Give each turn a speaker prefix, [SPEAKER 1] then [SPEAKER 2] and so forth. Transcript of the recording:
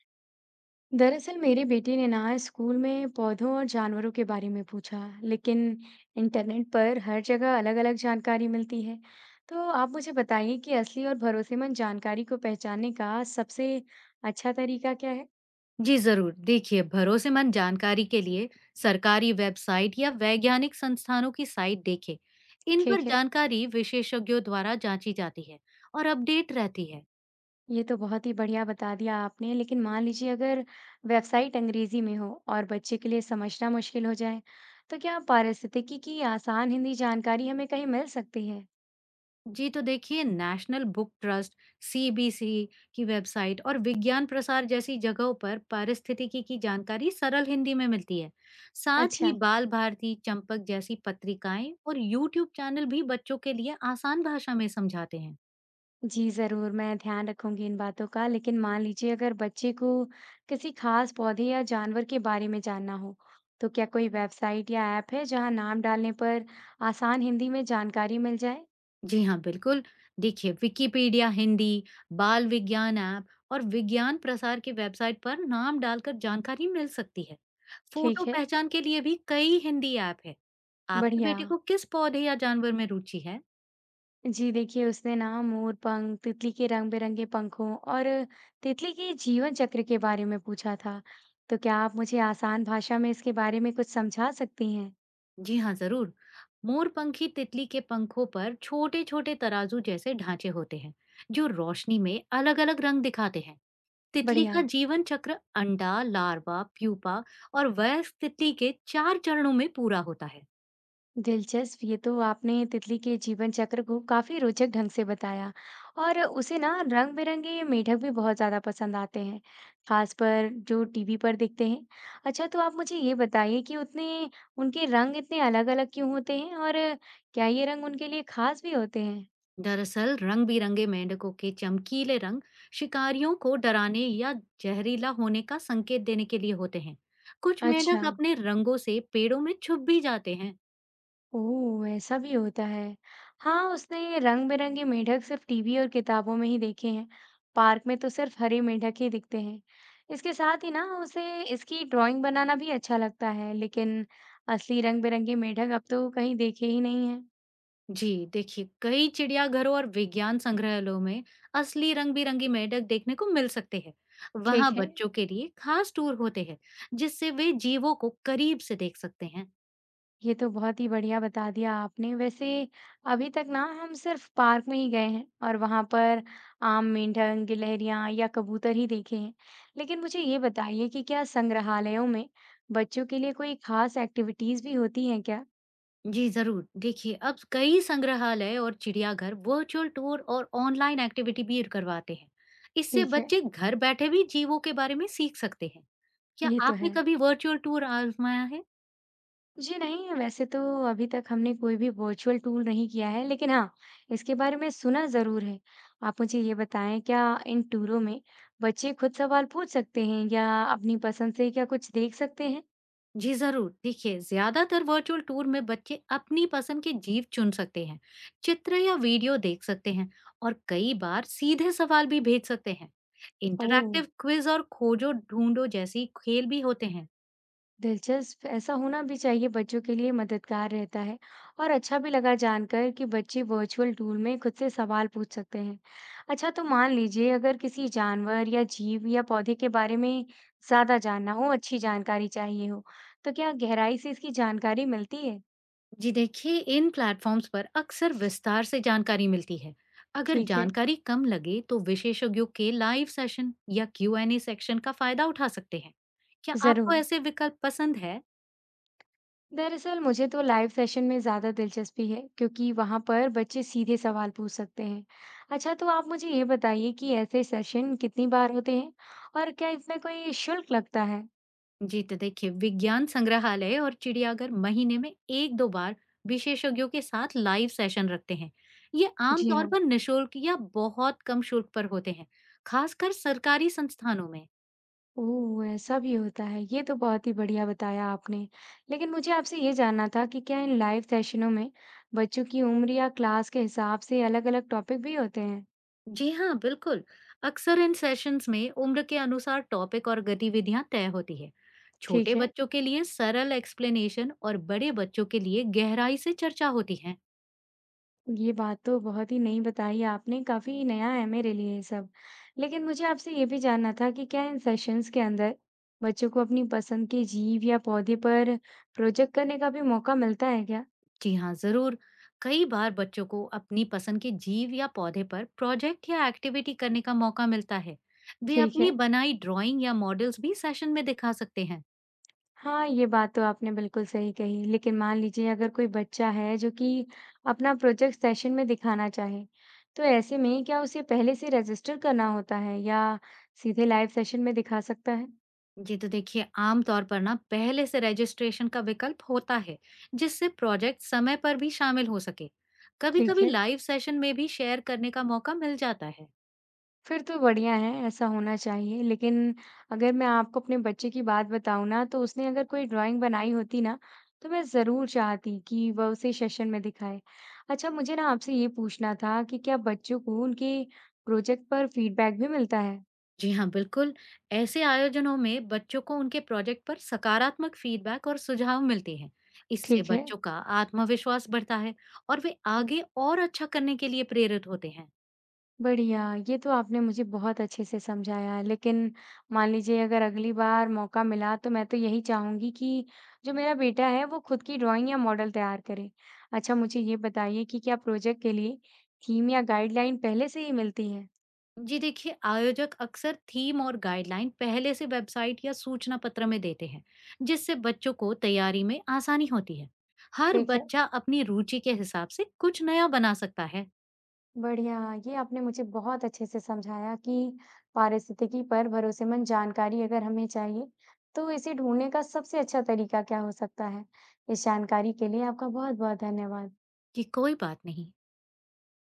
[SPEAKER 1] दरअसल मेरे बेटे ने ना स्कूल में पौधों और जानवरों के बारे में पूछा, लेकिन इंटरनेट पर हर जगह अलग-अलग जानकारी मिलती है। तो आप मुझे बताइए कि असली और भरोसेमंद जानकारी को पहचानने का सबसे अच्छा तरीका क्या है?
[SPEAKER 2] जी जरूर। देखिए, भरोसेमंद जानकारी के लिए सरकारी वेबसाइट या वैज्ञानिक संस्थानों की साइट देखें। इन पर
[SPEAKER 1] ठीक है,
[SPEAKER 2] जानकारी विशेषज्ञों द्वारा जांची जाती है और अपडेट रहती है।
[SPEAKER 1] ये तो बहुत ही बढ़िया बता दिया आपने, लेकिन मान लीजिए अगर वेबसाइट अंग्रेजी में हो और बच्चे के लिए समझना मुश्किल हो जाए, तो क्या पारिस्थितिकी की आसान हिंदी जानकारी हमें कहीं मिल सकती है?
[SPEAKER 2] जी तो देखिए, नेशनल बुक ट्रस्ट, सीबीसी की वेबसाइट और विज्ञान प्रसार जैसी जगहों पर पारिस्थितिकी की जानकारी सरल हिंदी में मिलती है। साथ
[SPEAKER 1] अच्छा
[SPEAKER 2] ही बाल भारती, चंपक जैसी पत्रिकाएं और यूट्यूब चैनल भी बच्चों के लिए आसान भाषा में समझाते हैं।
[SPEAKER 1] जी, ज़रूर, मैं ध्यान रखूँगी इन बातों का। लेकिन मान लीजिए अगर बच्चे को किसी खास पौधे या जानवर के बारे में जानना हो, तो क्या कोई वेबसाइट या ऐप है जहाँ नाम डालने पर आसान हिंदी में जानकारी मिल जाए?
[SPEAKER 2] जी हाँ, बिल्कुल। देखिए, विकिपीडिया हिंदी, बाल विज्ञान ऐप और विज्ञान प्रसार की वेबसाइट पर नाम डालकर जानकारी मिल सकती है।
[SPEAKER 1] ठीक
[SPEAKER 2] फोटो
[SPEAKER 1] है,
[SPEAKER 2] पहचान के लिए भी कई हिंदी ऐप है। आपके
[SPEAKER 1] बढ़िया।
[SPEAKER 2] बेटे को किस पौधे या जानवर में रुचि है?
[SPEAKER 1] जी देखिए, उसने ना मोर-पंख, तितली के रंग-बिरंगे पंखों और तितली के जीवन चक्र के बारे में पूछा था। तो क्या आप मुझे आसान भाषा में इसके बारे में कुछ समझा सकती हैं?
[SPEAKER 2] जी हाँ, जरूर। मोरपंखी तितली के पंखों पर छोटे-छोटे तराजू जैसे ढांचे होते हैं, जो रोशनी में अलग-अलग रंग दिखाते हैं। तितली का
[SPEAKER 1] बढ़िया।
[SPEAKER 2] जीवन चक्र अंडा, लार्वा, प्यूपा और वयस्क तितली के 4 चरणों में पूरा होता है।
[SPEAKER 1] दिलचस्प ये तो आपने तितली के जीवन चक्र को काफी रोचक ढंग से बताया और उसे ना रंग बिरंगे मेढक भी बहुत ज्यादा पसंद आते हैं खासकर जो टीवी पर दिखते हैं। अच्छा तो आप मुझे ये बताइए कि उतने उनके रंग इतने अलग अलग क्यों होते हैं और क्या ये रंग उनके लिए खास भी होते हैं।
[SPEAKER 2] दरअसल रंग बिरंगे मेंढकों के चमकीले रंग शिकारियों को डराने या जहरीला होने का संकेत देने के लिए होते हैं। कुछ
[SPEAKER 1] अच्छा
[SPEAKER 2] मेंढक अपने रंगों से पेड़ों में छुप भी जाते हैं।
[SPEAKER 1] ओह! ऐसा भी होता है। हाँ, उसने रंग-बिरंगे मेढक सिर्फ टीवी और किताबों में ही देखे हैं। पार्क में तो सिर्फ हरे मेढक ही दिखते हैं। इसके साथ ही ना उसे इसकी ड्राइंग बनाना भी अच्छा लगता है, लेकिन असली रंग-बिरंगे मेढक अब तो कहीं देखे ही नहीं हैं।
[SPEAKER 2] जी देखिए, कई चिड़ियाघरों और विज्ञान संग्रहालयों में असली रंग बिरंगी मेंढक देखने को मिल सकते हैं। वहाँ
[SPEAKER 1] ठीक है।
[SPEAKER 2] बच्चों के लिए खास टूर होते हैं, जिससे वे जीवों को करीब से देख सकते हैं।
[SPEAKER 1] ये तो बहुत ही बढ़िया बता दिया आपने। वैसे अभी तक ना हम सिर्फ पार्क में ही गए हैं और वहाँ पर आम, मेंढक, गिलहरियाँ या कबूतर ही देखे हैं। लेकिन मुझे ये बताइए कि क्या संग्रहालयों में बच्चों के लिए कोई खास एक्टिविटीज़ भी होती हैं क्या?
[SPEAKER 2] जी जरूर। देखिए, अब कई संग्रहालय और चिड़ियाघर वर्चुअल टूर और ऑनलाइन एक्टिविटी भी करवाते हैं। इससे
[SPEAKER 1] ठीक है,
[SPEAKER 2] बच्चे घर बैठे भी जीवों के बारे में सीख सकते हैं। क्या
[SPEAKER 1] ये तो
[SPEAKER 2] आपने
[SPEAKER 1] है।
[SPEAKER 2] कभी वर्चुअल टूर आजमाया है?
[SPEAKER 1] जी नहीं, वैसे तो अभी तक हमने कोई भी वर्चुअल टूर नहीं किया है, लेकिन हाँ, इसके बारे में सुना ज़रूर है। आप मुझे ये बताएँ क्या इन टूरों में बच्चे खुद सवाल पूछ सकते हैं या अपनी पसंद से क्या कुछ देख सकते हैं?
[SPEAKER 2] जी जरूर। देखिए, ज्यादातर वर्चुअल टूर में बच्चे अपनी पसंद के जीव चुन सकते हैं, चित्र या वीडियो देख सकते हैं और कई बार सीधे सवाल भी भेज सकते हैं।
[SPEAKER 1] ओह!
[SPEAKER 2] इंटरैक्टिव क्विज और खोजो ढूंढो जैसी खेल भी होते हैं।
[SPEAKER 1] दिलचस्प ऐसा होना भी चाहिए बच्चों के लिए मददगार रहता है और अच्छा भी लगा जानकर कि बच्चे वर्चुअल टूल में खुद से सवाल पूछ सकते हैं। अच्छा तो मान लीजिए अगर किसी जानवर या जीव या पौधे के बारे में ज्यादा जानना हो अच्छी जानकारी चाहिए हो तो क्या गहराई से इसकी जानकारी मिलती है?
[SPEAKER 2] जी देखिए, इन प्लेटफॉर्म्स पर अक्सर विस्तार से जानकारी मिलती है। अगर
[SPEAKER 1] ठीक है।
[SPEAKER 2] जानकारी कम लगे तो विशेषज्ञों के लाइव सेशन या क्यू एन ए सेक्शन का फायदा उठा सकते हैं। क्या
[SPEAKER 1] जरूर।
[SPEAKER 2] आपको ऐसे विकल्प पसंद है?
[SPEAKER 1] दरअसल मुझे तो लाइव सेशन में ज़्यादा दिलचस्पी है क्योंकि वहाँ पर बच्चे सीधे सवाल पूछ सकते हैं। अच्छा तो आप मुझे ये बताइए कि ऐसे सेशन कितनी बार होते हैं और क्या इसमें कोई शुल्क लगता है?
[SPEAKER 2] जी तो देखिए, विज्ञान संग्रहालय और चिड़ियाघर महीने में एक दो बार विशेषज्ञों के साथ लाइव सेशन रखते हैं। ये
[SPEAKER 1] जी
[SPEAKER 2] आमतौर
[SPEAKER 1] हाँ।
[SPEAKER 2] पर निशुल्क या बहुत कम शुल्क पर होते हैं, खासकर सरकारी संस्थानों में।
[SPEAKER 1] ओह, ऐसा भी होता है। ये तो बहुत ही बढ़िया बताया आपने। लेकिन मुझे आपसे ये जानना था कि क्या इन लाइव सेशनों में बच्चों की उम्र या क्लास के हिसाब से अलग-अलग टॉपिक भी होते हैं?
[SPEAKER 2] जी हाँ, बिल्कुल। अक्सर इन सेशंस में उम्र के अनुसार टॉपिक और गतिविधियां तय होती है।
[SPEAKER 1] ठीक
[SPEAKER 2] छोटे
[SPEAKER 1] है।
[SPEAKER 2] बच्चों के लिए सरल एक्सप्लेनेशन और बड़े बच्चों के लिए गहराई से चर्चा होती है।
[SPEAKER 1] ये बात तो बहुत ही नई बताई आपने, काफ़ी नया है मेरे लिए ये सब। लेकिन मुझे आपसे ये भी जानना था कि क्या इन सेशंस के अंदर बच्चों को अपनी पसंद के जीव या पौधे पर प्रोजेक्ट करने का भी मौका मिलता है क्या?
[SPEAKER 2] जी हाँ, जरूर। कई बार बच्चों को अपनी पसंद के जीव या पौधे पर प्रोजेक्ट या एक्टिविटी करने का मौका मिलता है। वे
[SPEAKER 1] ठीक
[SPEAKER 2] अपनी
[SPEAKER 1] है।
[SPEAKER 2] बनाई ड्राइंग या मॉडल्स भी सेशन में दिखा सकते हैं।
[SPEAKER 1] हाँ, ये बात तो आपने बिल्कुल सही कही। लेकिन मान लीजिए अगर कोई बच्चा है जो कि अपना प्रोजेक्ट सेशन में दिखाना चाहे, तो ऐसे में क्या उसे पहले से रजिस्टर करना होता है या सीधे लाइव सेशन में दिखा सकता है?
[SPEAKER 2] जी तो देखिए, आमतौर पर ना पहले से रजिस्ट्रेशन का विकल्प होता है, जिससे प्रोजेक्ट समय पर भी शामिल हो सके। कभी
[SPEAKER 1] ठीक
[SPEAKER 2] कभी
[SPEAKER 1] है।
[SPEAKER 2] लाइव सेशन में भी शेयर करने का मौका मिल जाता है।
[SPEAKER 1] फिर तो बढ़िया है, ऐसा होना चाहिए। लेकिन अगर मैं आपको अपने बच्चे की बात बताऊँ ना, तो उसने अगर कोई ड्राइंग बनाई होती ना, तो मैं ज़रूर चाहती कि वह उसे सेशन में दिखाए। अच्छा, मुझे ना आपसे ये पूछना था कि क्या बच्चों को उनके प्रोजेक्ट पर फीडबैक भी मिलता है?
[SPEAKER 2] जी हाँ, बिल्कुल। ऐसे आयोजनों में बच्चों को उनके प्रोजेक्ट पर सकारात्मक फीडबैक और सुझाव मिलते हैं। इससे
[SPEAKER 1] ठीक है।
[SPEAKER 2] बच्चों का आत्मविश्वास बढ़ता है और वे आगे और अच्छा करने के लिए प्रेरित होते हैं।
[SPEAKER 1] बढ़िया, ये तो आपने मुझे बहुत अच्छे से समझाया। लेकिन मान लीजिए अगर अगली बार मौका मिला तो मैं तो यही चाहूँगी कि जो मेरा बेटा है वो खुद की ड्राइंग या मॉडल तैयार करे। अच्छा मुझे ये बताइए कि क्या प्रोजेक्ट के लिए थीम या गाइडलाइन पहले से ही मिलती है?
[SPEAKER 2] जी देखिए, आयोजक अक्सर थीम और गाइडलाइन पहले से वेबसाइट या सूचना पत्र में देते हैं, जिससे बच्चों को तैयारी में आसानी होती है। हर
[SPEAKER 1] ठीक है।
[SPEAKER 2] बच्चा अपनी रुचि के हिसाब से कुछ नया बना सकता है।
[SPEAKER 1] बढ़िया, ये आपने मुझे बहुत अच्छे से समझाया कि पारिस्थितिकी पर भरोसेमंद जानकारी अगर हमें चाहिए तो इसे ढूंढने का सबसे अच्छा तरीका क्या हो सकता है। इस जानकारी के लिए आपका बहुत-बहुत धन्यवाद।
[SPEAKER 2] कि कोई बात नहीं।